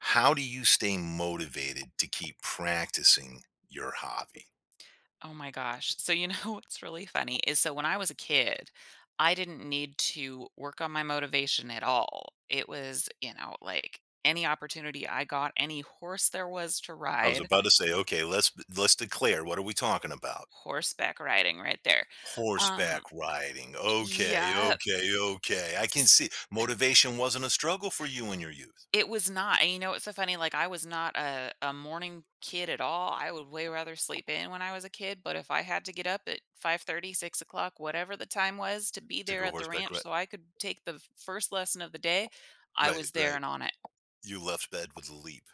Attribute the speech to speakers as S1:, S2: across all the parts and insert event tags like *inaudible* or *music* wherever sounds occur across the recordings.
S1: How do you stay motivated to keep practicing your hobby?
S2: Oh my gosh. *laughs* What's really funny is so when I was a kid, I didn't need to work on my motivation at all. It was, like any opportunity I got, any horse there was to
S1: I was
S2: ride,
S1: about to say, okay, let's declare. What are we talking about?
S2: horseback riding right there.
S1: Horseback
S2: Um,
S1: riding. Okay,
S2: yeah.
S1: okay, okay. I can see motivation wasn't a struggle for you in your youth
S2: It was not, and you know what's so funny, like, I was not a morning kid at all. I would way rather sleep in when I was a kid, but if I had to get up at 5:30, 6:00, whatever the time was to be
S1: to
S2: there
S1: go
S2: at the
S1: horseback
S2: ranch
S1: ride.
S2: so I could take the f first lesson of the day, I
S1: Right,
S2: was there
S1: right.
S2: and on it.
S1: You left bed with a leap.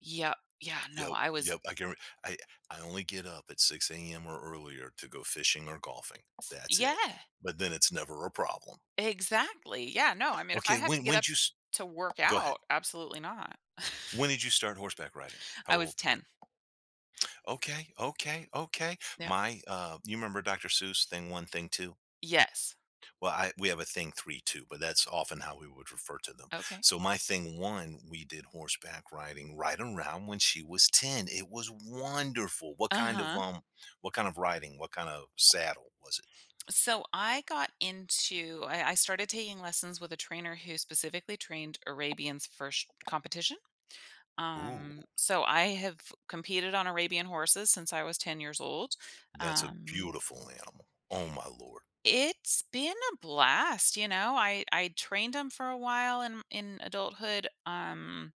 S2: Yep.
S1: Yep, yep. I can. I I only get up at six a.m. or earlier to go fishing or golfing. That's
S2: Yeah,
S1: it. But then it's never a problem.
S2: exactly. Yeah, no, I mean, if I
S1: Okay,
S2: have to
S1: when
S2: get
S1: when
S2: up
S1: would you
S2: s to work
S1: go ahead?
S2: out, absolutely not. *laughs*
S1: When did you start horseback riding? How
S2: I was
S1: old?
S2: 10.
S1: Okay, okay, okay.
S2: Yeah.
S1: My, you remember Dr. Seuss thing one, thing two?
S2: Yes.
S1: Well, I we have a thing three too, but that's often how we would refer to them.
S2: Okay.
S1: So my thing one, we did horseback riding right around when she was ten. It was wonderful.
S2: Uh-huh.
S1: What kind of riding? What kind of saddle was it?
S2: So I got into I started taking lessons with a trainer who specifically trained Arabians for competition.
S1: Ooh,
S2: So I have competed on Arabian horses since I was 10 years old.
S1: that's a
S2: Um,
S1: beautiful animal. Oh my lord.
S2: it's been a blast, I trained them for a while in adulthood.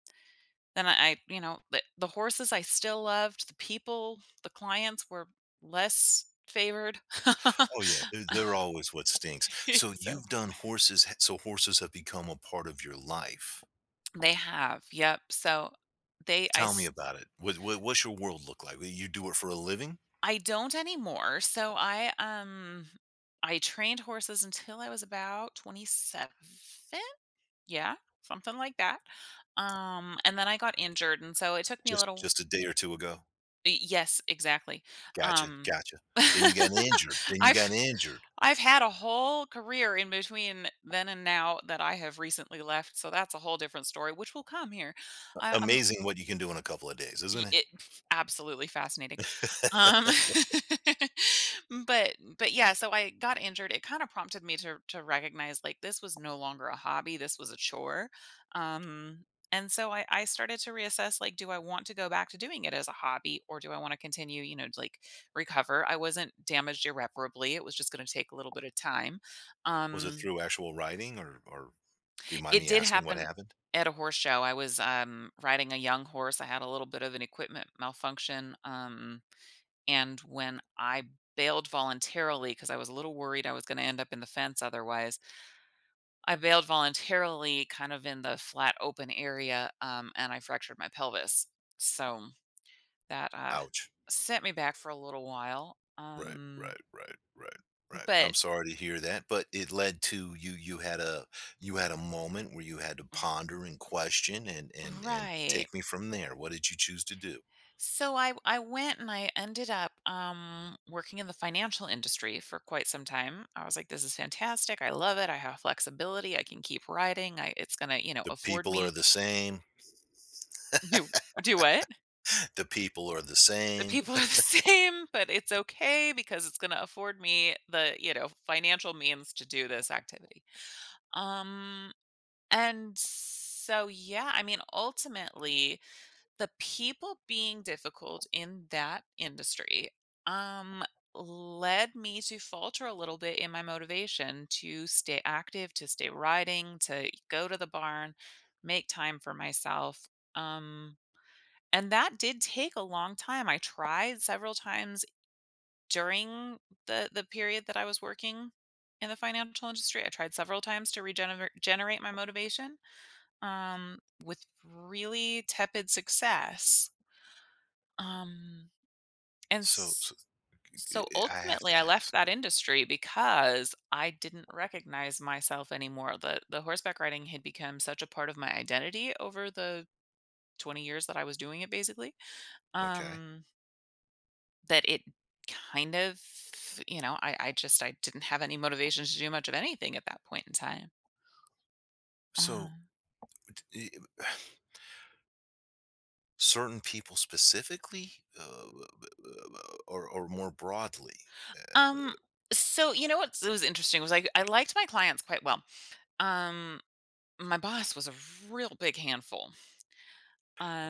S2: Then the horses I still loved. The people, the clients were less favored.
S1: Oh
S2: *laughs*
S1: yeah, they're always what stinks. So you've
S2: Exactly.
S1: done horses, so horses have become a part of your life.
S2: They have, yep. So they I
S1: Tell me
S2: s
S1: about it. What's your world look like? You do it for a living?
S2: I don't anymore. I trained horses until I was about 27. Yeah, something like that. And then I got injured, and so it took me a
S1: Just
S2: little
S1: just a day or 2 ago?
S2: yes, exactly.
S1: Gotcha,
S2: Um
S1: gotcha. Then you got injured,
S2: *laughs*
S1: then you got
S2: I've
S1: injured.
S2: I've had a whole career in between then and now that I have recently left, so that's a whole different story, which will come here. I,
S1: Amazing what you can do in a couple of days,
S2: Y
S1: isn't
S2: it f absolutely fascinating.
S1: it? *laughs*
S2: Um, *laughs* but yeah, so I got injured. It kinda prompted me to recognize, like, this was no longer a hobby, this was a chore. Um, and so I started to reassess, like, do I want to go back to doing it as a hobby, or do I wanna continue, you know, to, like, recover? I wasn't damaged irreparably, it was just gonna take a little bit of time.
S1: Was it
S2: Um
S1: through actual writing or do you mind
S2: it
S1: me
S2: did
S1: asking what
S2: happen
S1: happened?
S2: at a horse show. I was, riding a young horse. I had a little bit of an equipment malfunction, and when I bailed voluntarily because I was a little worried I was gonna end up in the fence otherwise, I bailed voluntarily kind of in the flat open area, and I fractured my pelvis. So that,
S1: Ouch.
S2: sent me back for a little while,
S1: Right, right, right, right, right. I'm
S2: but
S1: sorry to hear that, but it led to you had a moment where you had to ponder and question and
S2: Right.
S1: take me from there. What did you choose to do?
S2: So I went, and I ended up working in the financial industry for quite some time. I was like, this is fantastic. I love it. I have flexibility. I can keep writing. I It's going to, you know,
S1: The
S2: afford
S1: people are
S2: me
S1: the same.
S2: *laughs* do do what?
S1: The people are the
S2: The
S1: same.
S2: people are the *laughs* same, but it's okay because it's going to afford me the, you know, financial means to do this activity. Um and so yeah, I mean, ultimately the people being difficult in that industry, um, led me to falter a little bit in my motivation to stay active, to stay riding, to go to the barn, make time for myself. Um, and that did take a long time. I tried several times during the period that I was working in the financial industry. I tried several times to regenerate generate my motivation, um, with really tepid success. Um, and
S1: So,
S2: s
S1: so
S2: So
S1: eh, I have
S2: ultimately,
S1: to
S2: I left
S1: ask.
S2: that industry because I didn't recognize myself anymore. The horseback riding had become such a part of my identity over the 20 years that I was doing it, basically,
S1: Okay.
S2: um, that it kind of, you know, I just I didn't have any motivation to do much of anything at that point in time.
S1: So
S2: Um
S1: d- i- *sighs* certain people specifically uh, or more broadly? Uh,
S2: um, so you know what was interesting was I liked my clients quite well. Um, my boss was a real big handful.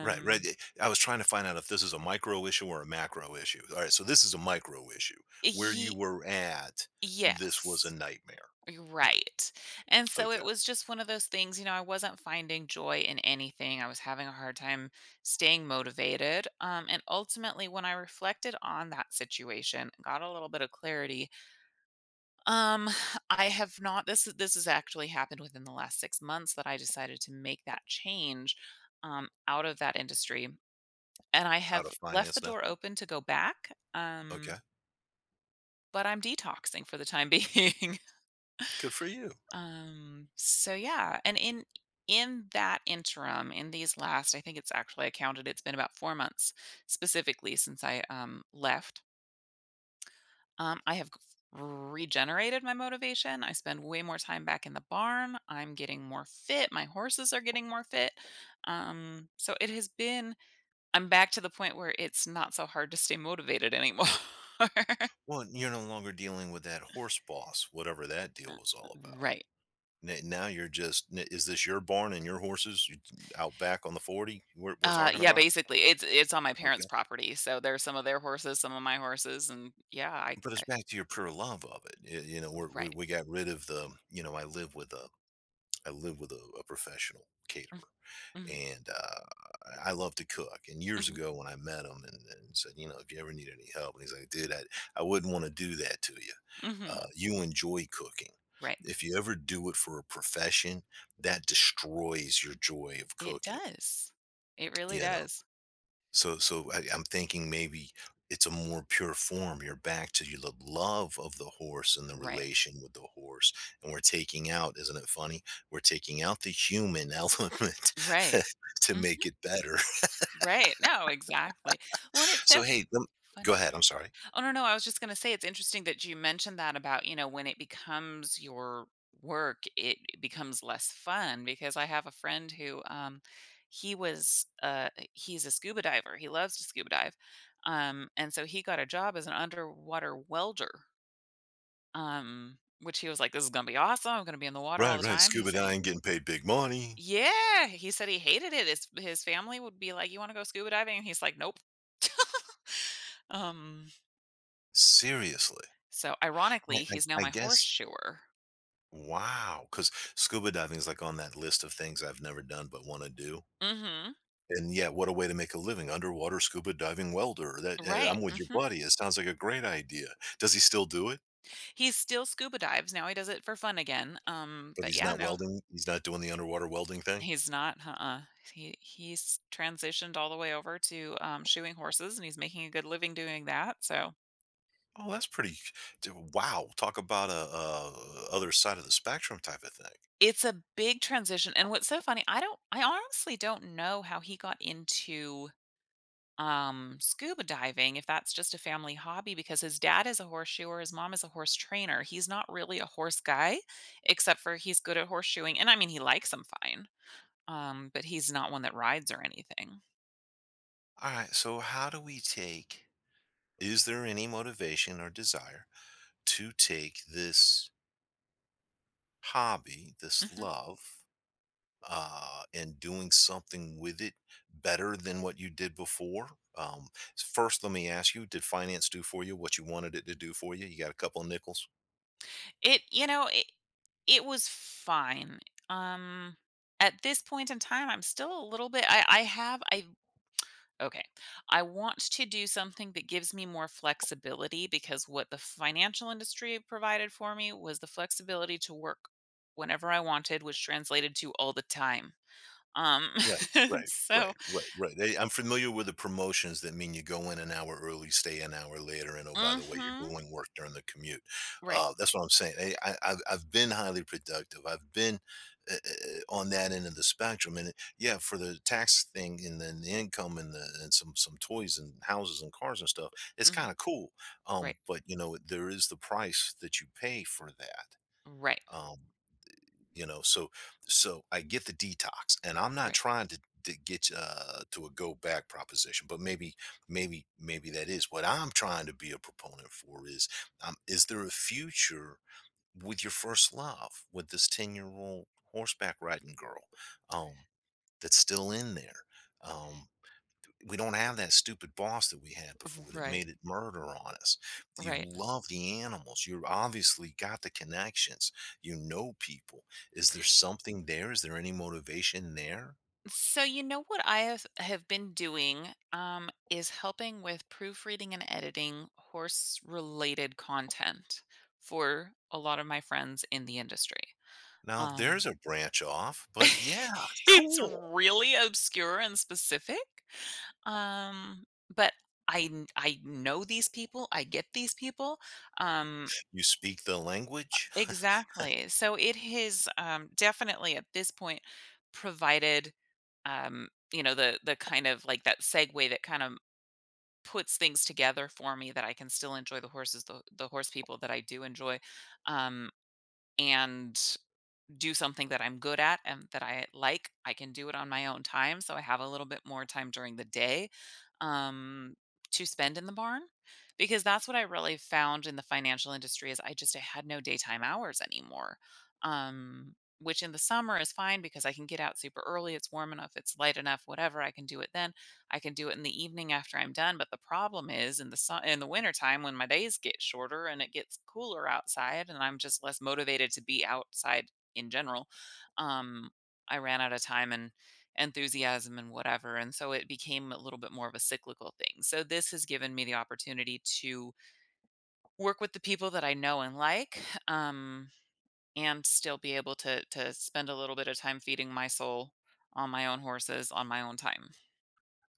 S1: right, right. I was trying to find out if this is a micro issue or a macro issue. All right. So this is a micro issue. Where you
S2: ye
S1: were at, this was a
S2: yes,
S1: nightmare.
S2: you're right, and so
S1: Okay.
S2: it was just one of those things. You know, I wasn't finding joy in anything, I was having a hard time staying motivated, and ultimately, when I reflected on that situation, got a little bit of clarity, um, *sighs* I have not this is this has actually happened within the last 6 months, that I decided to make that change, out of that industry, and I
S1: Out
S2: have
S1: of
S2: left the
S1: finance now?
S2: door open to go back.
S1: Okay.
S2: But I'm detoxing for the time being. *laughs*
S1: Good for you.
S2: So yeah, and in that interim, in these last, I think it's actually, I counted, it's been about 4 months specifically since I, left. I have regenerated my motivation. I spend way more time back in the barn. I'm getting more fit. My horses are getting more fit. So it has been I'm back to the point where it's not so hard to stay motivated anymore.
S1: Well, you're no longer dealing with that horse boss, whatever that deal was
S2: *laughs*
S1: all about.
S2: Right.
S1: Now you're just, is this your barn and your horses out back on the 40 we're, talking
S2: Yeah,
S1: about?
S2: basically, it's on my parents'
S1: Okay.
S2: property, so there's some of their horses, some of my horses, and yeah,
S1: But it's
S2: I
S1: back to your pure love of it. You know,
S2: right.
S1: we got rid of the, you know, I live with I live with a professional caterer
S2: Mm,
S1: and I love to cook. And
S2: mhm,
S1: years
S2: mhm,
S1: ago when I met him and said, you know, if you ever need any help, and he's like, dude, I wouldn't want to do that to you.
S2: mhm,
S1: You enjoy cooking.
S2: Right.
S1: If you ever do it for a profession, that destroys your joy of
S2: It
S1: cooking
S2: does. It really
S1: you know.
S2: does.
S1: I, I'm thinking maybe it's a more pure form. You're back to you the love of the horse and the
S2: Right.
S1: relation with the horse, and we're taking out, isn't it funny? We're taking out the human *laughs* element
S2: Right.
S1: *laughs* to
S2: hmm
S1: make it better. *laughs*
S2: Right. No, exactly. Well, and it's
S1: So,
S2: so
S1: hey, go
S2: funny.
S1: ahead. I'm sorry.
S2: Oh no, no, I was just gonna say, it's interesting that you mentioned that about, you know, when it becomes your work, it becomes less fun, because I have a friend who he's a scuba diver. He loves to scuba dive. And so he got a job as an underwater welder. Which he was like, this is gonna be awesome. I'm gonna be in the water all
S1: Right,
S2: the
S1: right.
S2: time. He
S1: Scuba
S2: said he
S1: diving, getting paid big money.
S2: Yeah, he said he hated it. His family would be like, you wanna go scuba diving? And he's like, nope. *laughs* Um
S1: Seriously,
S2: so
S1: I,
S2: ironically, he's now
S1: I
S2: my
S1: guess.
S2: horseshoer.
S1: Wow, because scuba diving is like on that list of things I've never done but want to do.
S2: Mm Mhm.
S1: And yeah, what a way to make a living, underwater scuba diving welder. That
S2: Right,
S1: I'm with
S2: mm
S1: your
S2: mhm.
S1: buddy. It sounds like a great idea. Does he still do it?
S2: He still scuba dives now. He does it for fun again,
S1: But
S2: but
S1: he's
S2: yeah,
S1: not
S2: no,
S1: welding. He's not doing the underwater welding thing.
S2: he's not, uh-uh. He's transitioned all the way over to, shoeing horses, and he's making a good living doing that. So
S1: Oh, that's pretty. Wow, talk about a other side of the spectrum type of thing.
S2: it's a big transition, and what's so funny, I honestly don't know how he got into, scuba diving, if that's just a family hobby, because his dad is a horseshoer, his mom is a horse trainer. He's not really a horse guy, except for he's good at horseshoeing, and I mean, he likes them fine. But he's not one that rides or anything.
S1: All right, so how do we take? Is there any motivation or desire to take this hobby, this
S2: Mhm.
S1: love, and doing something with it better than what you did before. Um, first, let me ask you: did finance do for you what you wanted it to do for you? You got a couple of nickels.
S2: It you know, It was fine. Um, at this point in time, I'm still a little bit I have I okay. I want to do something that gives me more flexibility, because what the financial industry provided for me was the flexibility to work whenever I wanted, which translated to all the time. Um,
S1: Right,
S2: *laughs*
S1: right, right,
S2: so
S1: right, right. They I'm familiar with the promotions that mean you go in an hour early, stay an hour later, and, oh, by the way, you're
S2: mhm.
S1: doing work during the commute.
S2: Right.
S1: That's what I'm saying. Hey, I've been highly productive. I've been, on that end of the spectrum, and, yeah, for the tax thing and then the income and the and some toys and houses and cars and stuff, it's
S2: Mhm.
S1: kinda cool,
S2: Right.
S1: but, you know, there is the price that you pay for that,
S2: Right.
S1: um you know. So I get the detox and I'm not
S2: Right.
S1: trying to, get to a go back proposition but maybe that is what I'm trying to be a proponent for is there a future with your first love with this 10-year-old horseback riding girl um that's still in there. um, we don't have that stupid boss that we had before that
S2: Right.
S1: made it murder on us. You
S2: Right.
S1: love the animals. You obviously got the connections. You know people. Is there something there? Is there any motivation there?
S2: So you know what have been doing, is helping with proofreading and editing horse related content for a lot of my friends in the industry.
S1: Now there's
S2: Um,
S1: a branch off, but yeah,
S2: *laughs* it's
S1: cool.
S2: really obscure and specific. Um, but I know these people, I get these people. Um,
S1: You speak the language. *laughs*
S2: exactly. So it has, definitely at this point, provided, you know, the kind of, like, that segue that kind of puts things together for me, that I can still enjoy the horses, the horse people that I do enjoy. Um, and do something that I'm good at and that I like. I can do it on my own time, so I have a little bit more time during the day, um, to spend in the barn, because that's what I really found in the financial industry is I just I had no daytime hours anymore. Which in the summer is fine, because I can get out super early. It's warm enough, it's light enough, whatever. I can do it then. I can do it in the evening after I'm done. But the problem is in the in the winter time, when my days get shorter and it gets cooler outside, and I'm just less motivated to be outside in general, um, I ran out of time and enthusiasm and whatever, and so it became a little bit more of a cyclical thing. So this has given me the opportunity to work with the people that I know and like, um, and still be able to spend a little bit of time feeding my soul on my own horses on my own time.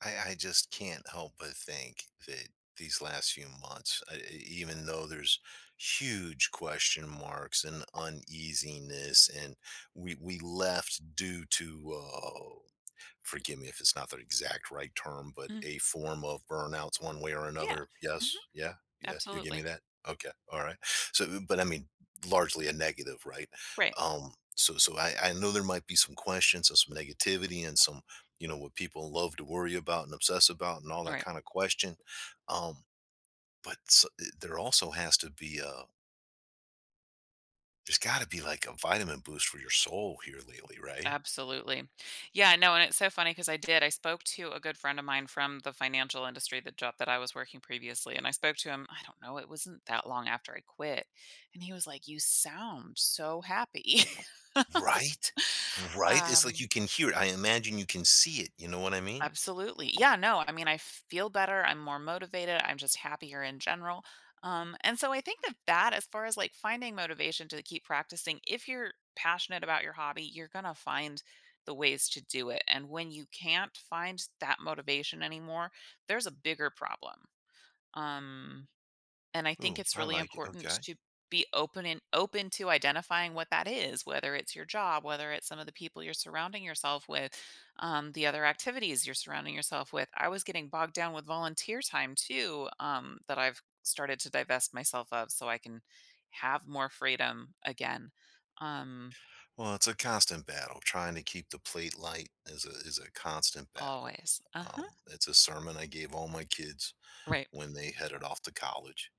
S1: I just can't help but think that these last few months, even though there's huge question marks and uneasiness, and we left due to. Forgive me if it's not the exact right term, but
S2: Mhm.
S1: a form of burnouts one way or
S2: Yeah.
S1: another.
S2: Mhm.
S1: Yes. Yeah. Yeah. You give me
S2: Absolutely.
S1: that. Okay. All right. So, but I mean, largely a negative, right?
S2: Right.
S1: So, I know there might be some questions and some negativity and some, you know, what people love to worry about and obsess about and all that
S2: Right.
S1: kind of question. Um, but so, there also has to be there's got to be like a vitamin boost for your soul here lately, right?
S2: Absolutely. Yeah, no, and it's so funny, because I did. I spoke to a good friend of mine from the financial industry, the job that I was working previously, and I spoke to him, I don't know, it wasn't that long after I quit, and he was like, "You sound so happy." *laughs*
S1: Right? Right? It's like you
S2: Um
S1: can hear it. I imagine you can see it, you know what I mean?
S2: Absolutely. Yeah, no, I mean, I feel better, I'm more motivated, I'm just happier in general. And so I think that as far as, like, finding motivation to keep practicing, if you're passionate about your hobby, you're going to find the ways to do it. And when you can't find that motivation anymore, there's a bigger problem. Um and I think
S1: Ooh,
S2: it's
S1: I
S2: really
S1: like it,
S2: important
S1: okay.
S2: to be open and open to identifying what that is, whether it's your job, whether it's some of the people you're surrounding yourself with, the other activities you're surrounding yourself with. I was getting bogged down with volunteer time too, that I've started to divest myself of, so I can have more freedom again. Um,
S1: Well, it's a constant battle. Trying to keep the plate light is a constant battle.
S2: always. Uh huh.
S1: It's a sermon I gave all my kids
S2: Right.
S1: when they headed off to college,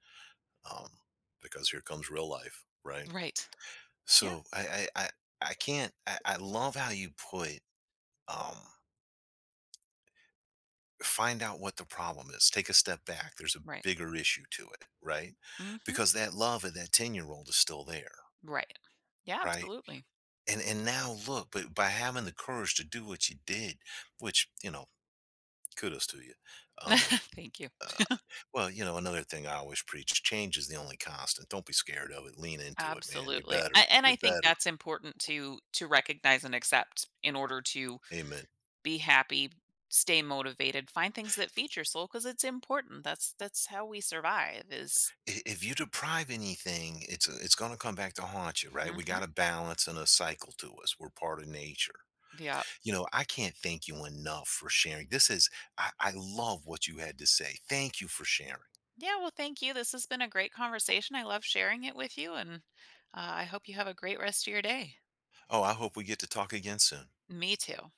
S1: um, because here comes real life, right?
S2: Right. Yeah.
S1: So, I can't I love how you put, um find out what the problem is. Take a step back. There's a
S2: Right.
S1: bigger issue to it, right?
S2: Mm hmm.
S1: Because that love of that 10-year-old is still there,
S2: Right. Yeah,
S1: right?
S2: absolutely.
S1: And now look, but by having the courage to do what you did, which, you know, kudos to you. Um
S2: *laughs* Thank you.
S1: uh, well, you know, another thing I always preach, change is the only constant. Don't be scared of it. Lean into it, man. You
S2: Absolutely. A
S1: better.
S2: And
S1: You
S2: I think
S1: better.
S2: that's important to recognize and accept in order to
S1: Amen.
S2: be happy, stay motivated, find things that feed your soul. Because it's important. That's how we survive is
S1: If you deprive anything, it's going to come back to haunt you, right? We
S2: Mhm.
S1: got a balance and a cycle to us. We're part of nature
S2: Yep.
S1: you know, I can't thank you enough for sharing. This is, I love what you had to say. Thank you for sharing.
S2: Yeah, well, thank you. This has been a great conversation. I love sharing it with you, and, I hope you have a great rest of your day.
S1: Oh, I hope we get to talk again soon.
S2: Me too.